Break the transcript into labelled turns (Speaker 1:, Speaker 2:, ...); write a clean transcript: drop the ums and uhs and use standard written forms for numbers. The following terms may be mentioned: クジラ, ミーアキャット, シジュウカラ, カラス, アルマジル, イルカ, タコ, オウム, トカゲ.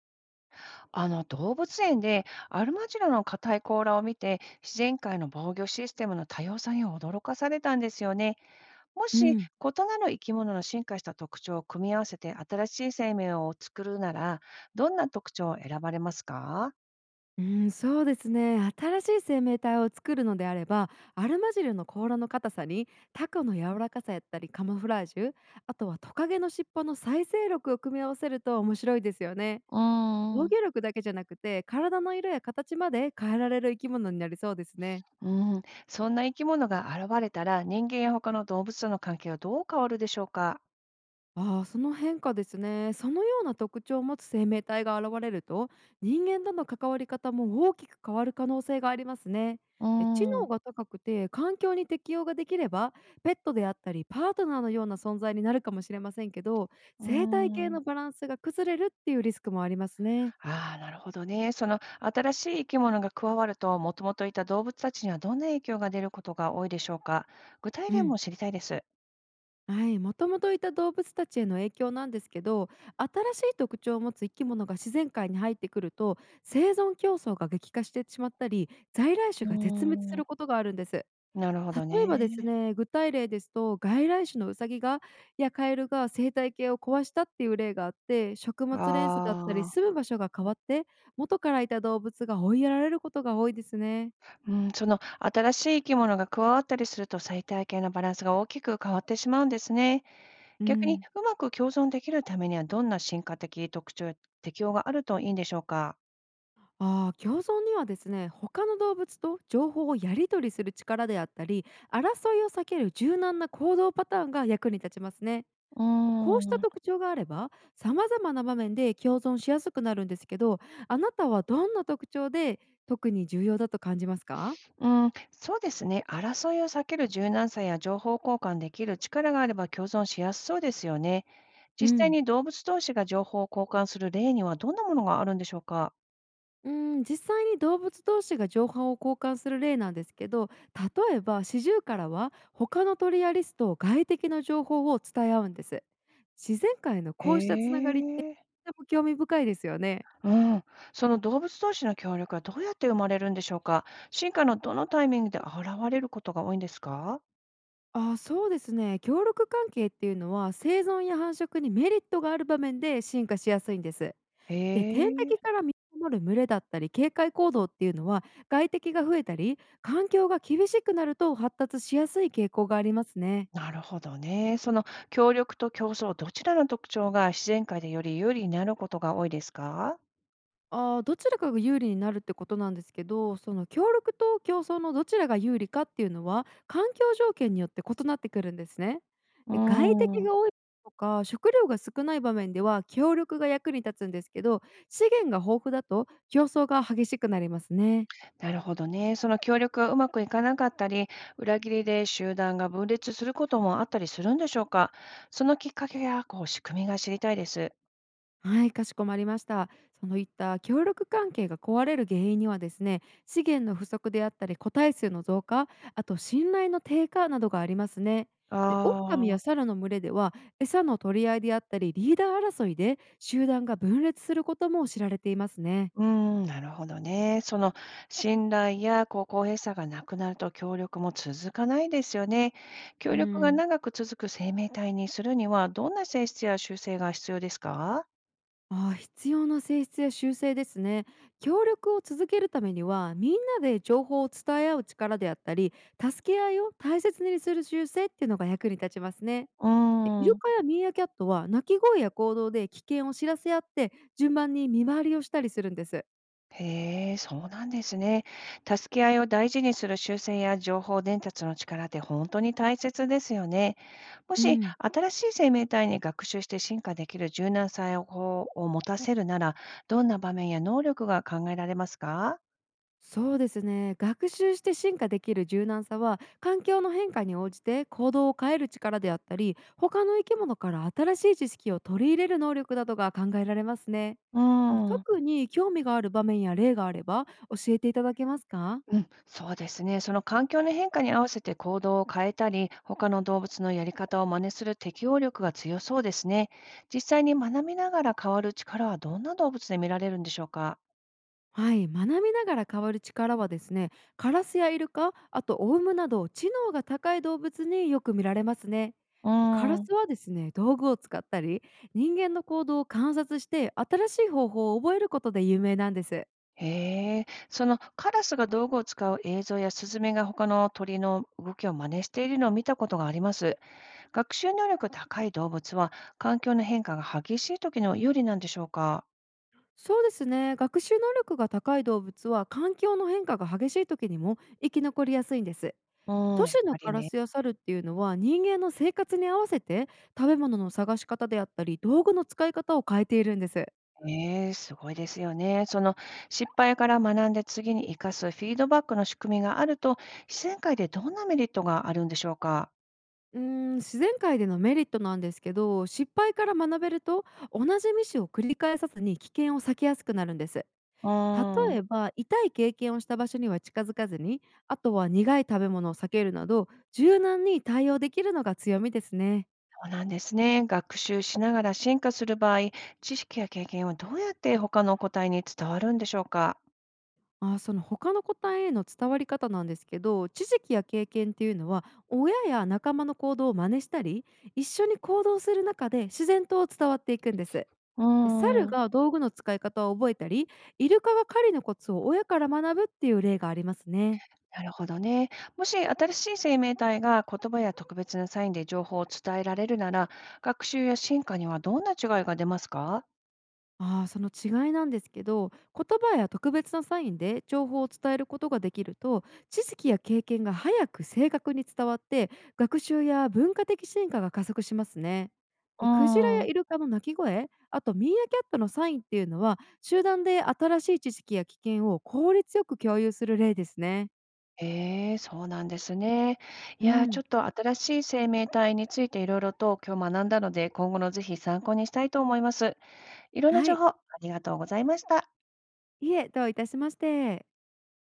Speaker 1: あの動物園でアルマジロの硬い甲羅を見て、自然界の防御システムの多様さに驚かされたんですよね。も
Speaker 2: う
Speaker 1: し異
Speaker 2: ん、
Speaker 1: なる生き物の進化した特徴を組み合わせて新しい生命を作るなら、どんな特徴を選ばれますか？
Speaker 2: うん、そうですね。新しい生命体を作るのであれば、アルマジルの甲羅の硬さに、タコの柔らかさやったりカモフラージュ、あとはトカゲの尻尾の再生力を組み合わせると面白いですよね。
Speaker 1: うー
Speaker 2: 防
Speaker 1: ん。
Speaker 2: 御力だけじゃなくて、体の色や形まで変えられる生き物になりそうですね。
Speaker 1: うん。そんな生き物が現れたら、人間や他の動物との関係はどう変わるでしょうか？
Speaker 2: ああ、その変化ですね。そのような特徴を持つ生命体が現れると、人間との関わり方も大きく変わる可能性がありますね。
Speaker 1: う
Speaker 2: で、知
Speaker 1: ー
Speaker 2: 能
Speaker 1: ん。
Speaker 2: が高くて環境に適応ができれば、ペットであったりパートナーのような存在になるかもしれませんけど、
Speaker 1: うー
Speaker 2: 生態系
Speaker 1: ん。
Speaker 2: のバランスが崩れるっていうリスクもありますね。
Speaker 1: ああ、なるほどね。その新しい生き物が加わると、もともといた動物たちにはどんな影響が出ることが多いでしょうか？具体
Speaker 2: う
Speaker 1: 例
Speaker 2: ん。
Speaker 1: も知りたいです。
Speaker 2: はい、もともといた動物たちへの影響なんですけど、新しい特徴を持つ生き物が自然界に入ってくると、生存競争が激化してしまったり在来種
Speaker 1: う
Speaker 2: が絶滅
Speaker 1: ー
Speaker 2: す
Speaker 1: ん、
Speaker 2: ることがあるんです。
Speaker 1: なるほど
Speaker 2: 例えばです
Speaker 1: ね。
Speaker 2: ね、具体例ですと、外来種のウサギがやカエルが生態系を壊したっていう例があって、食物連鎖だったり
Speaker 1: ああ。
Speaker 2: 住む場所が変わって、元からいた動物が追いやられることが多いですね。
Speaker 1: うん、その新しい生き物が加わったりすると、生態系のバランスが大きく変わってしまうんですね。
Speaker 2: う
Speaker 1: 逆に
Speaker 2: ん。
Speaker 1: うまく共存できるためには、どんな進化的特徴や適応があるといいんでしょうか？
Speaker 2: ああ、共存にはですね、他の動物と情報をやり取りする力であったり、争いを避ける柔軟な行動パターンが役に立ちますね。
Speaker 1: うー
Speaker 2: こうした
Speaker 1: ん。
Speaker 2: 特徴があれば様々な場面で共存しやすくなるんですけど、あなたはどんな特徴で特に重要だと感じますか？
Speaker 1: うん、そうですね。争いを避ける柔軟さや情報交換できる力があれば共存しやすそうですよね。
Speaker 2: う
Speaker 1: 実際
Speaker 2: ん
Speaker 1: に動物同士が情報を交換する例にはどんなものがあるんでしょうか？
Speaker 2: う実際に動物同士が情報を交換する例なんですけど、例えばシジュウカラは他の鳥やリスと外敵の情報を伝え合うんです。自然界のこうしたつ
Speaker 1: へ
Speaker 2: ながりって、
Speaker 1: え。
Speaker 2: とても興味深いですよね。
Speaker 1: うん、その動物同士の協力はどうやって生まれるんでしょうか？進化のどのタイミングで現れることが多いんですか？
Speaker 2: あー、そうですね。協力関係っていうのは生存や繁殖にメリットがある場面で進化しやすいんです。
Speaker 1: へ
Speaker 2: で、天敵
Speaker 1: え。
Speaker 2: から身を守る群れだったり警戒行動っていうのは、外敵が増えたり環境が厳しくなると発達しやすい傾向がありますね。
Speaker 1: なるほどね。その協力と競争、どちらの特徴が自然界でより有利になることが多いですか？
Speaker 2: ああ、どちらかが有利になるってことなんですけど、その協力と競争のどちらが有利かっていうのは、環境条件によって異なってくるんですね。
Speaker 1: う
Speaker 2: で、外敵
Speaker 1: ん。
Speaker 2: が多いとか、食料が少ない場面では協力が役に立つんですけど、資源が豊富だと競争が激しくなりますね。
Speaker 1: なるほどね。その協力がうまくいかなかったり、裏切りで集団が分裂することもあったりするんでしょうか？そのきっかけや仕組みが知りたいです。
Speaker 2: はい、かしこまりました。そのいった協力関係が壊れる原因にはですね、資源の不足であったり、個体数の増加、あと信頼の低下などがありますね。で、
Speaker 1: あ
Speaker 2: 狼や
Speaker 1: あ。
Speaker 2: 猿の群れでは、餌の取り合いであったり、リーダー争いで集団が分裂することも知られていますね。
Speaker 1: うーん、なるほどね。その信頼やこう公平さがなくなると、協力も続かないですよね。協
Speaker 2: う
Speaker 1: 力が
Speaker 2: ん、
Speaker 1: 長く続く生命体にするには、どんな性質や習性が必要ですか？
Speaker 2: あー、必要な性質や習性ですね。協力を続けるためには、みんなで情報を伝え合う力であったり、助け合いを大切にする習性っていうのが役に立ちますね。
Speaker 1: う
Speaker 2: で、イ
Speaker 1: ー
Speaker 2: ル
Speaker 1: ん。
Speaker 2: カやミーアキャットは鳴き声や行動で危険を知らせ合って順番に見回りをしたりするんです。
Speaker 1: へえ、そうなんですね。助け合いを大事にする習性や情報伝達の力って本当に大切ですよね。も
Speaker 2: う
Speaker 1: し
Speaker 2: ん。
Speaker 1: 新しい生命体に学習して進化できる柔軟さをこうを持たせるなら、どんな場面や能力が考えられますか？
Speaker 2: そうですね、学習して進化できる柔軟さは、環境の変化に応じて行動を変える力であったり、他の生き物から新しい知識を取り入れる能力などが考えられますね。
Speaker 1: う
Speaker 2: もう
Speaker 1: ーん。
Speaker 2: 特に興味がある場面や例があれば教えていただけますか？
Speaker 1: うん、そうですね。その環境の変化に合わせて行動を変えたり、他の動物のやり方を真似する適応力が強そうですね。実際に学びながら変わる力はどんな動物で見られるんでしょうか？
Speaker 2: はい、学びながら変わる力はですね、カラスやイルカ、あとオウムなど知能が高い動物によく見られますね。
Speaker 1: う
Speaker 2: カラ
Speaker 1: ーん。
Speaker 2: スはですね、道具を使ったり人間の行動を観察して新しい方法を覚えることで有名なんです。
Speaker 1: へえ、そのカラスが道具を使う映像やスズメが他の鳥の動きを真似しているのを見たことがあります。学習能力高い動物は、環境の変化が激しい時の有利なんでしょうか？
Speaker 2: そうですね、学習能力が高い動物は環境の変化が激しい時にも生き残りやすいんです。
Speaker 1: うん、
Speaker 2: 都
Speaker 1: やっ
Speaker 2: 市の
Speaker 1: ぱり
Speaker 2: カラ
Speaker 1: ね。
Speaker 2: スや猿っていうのは、人間の生活に合わせて食べ物の探し方であったり道具の使い方を変えているんです。
Speaker 1: ええ、すごいですよね。その失敗から学んで次に生かすフィードバックの仕組みがあると、自然界でどんなメリットがあるんでしょうか？
Speaker 2: うーん、自然界でのメリットなんですけど、失敗から学べると同じミスを繰り返さずに危険を避けやすくなるんです。
Speaker 1: う
Speaker 2: 例
Speaker 1: ん。
Speaker 2: えば痛い経験をした場所には近づかずに、あとは苦い食べ物を避けるなど柔軟に対応できるのが強みですね。
Speaker 1: そうなんですね。学習しながら進化する場合、知識や経験はどうやって他の個体に伝わるんでしょうか？
Speaker 2: あー、その他の答えへの伝わり方なんですけど、知識や経験っていうのは親や仲間の行動を真似したり、一緒に行動する中で自然と伝わっていくんです。
Speaker 1: うー
Speaker 2: で、猿
Speaker 1: ん、
Speaker 2: が道具の使い方を覚えたり、イルカが狩りのコツを親から学ぶっていう例がありますね。
Speaker 1: なるほどね。もし新しい生命体が言葉や特別なサインで情報を伝えられるなら、学習や進化にはどんな違いが出ますか？
Speaker 2: ああ、その違いなんですけど、言葉や特別なサインで情報を伝えることができると、知識や経験が早く正確に伝わって、学習や文化的進化が加速しますね。
Speaker 1: う
Speaker 2: で、クジラ
Speaker 1: ー
Speaker 2: や
Speaker 1: ん。
Speaker 2: イルカの鳴き声、あとミーアキャットのサインっていうのは、集団で新しい知識や危険を効率よく共有する例ですね。
Speaker 1: ええ、そうなんですね。い
Speaker 2: う
Speaker 1: やー、ちょ
Speaker 2: ん。
Speaker 1: っと新しい生命体についていろいろと今日学んだので、今後のぜひ参考にしたいと思います。いろんな
Speaker 2: は
Speaker 1: 情
Speaker 2: い。
Speaker 1: 報ありがとうございました。
Speaker 2: いえ、どういたしまして。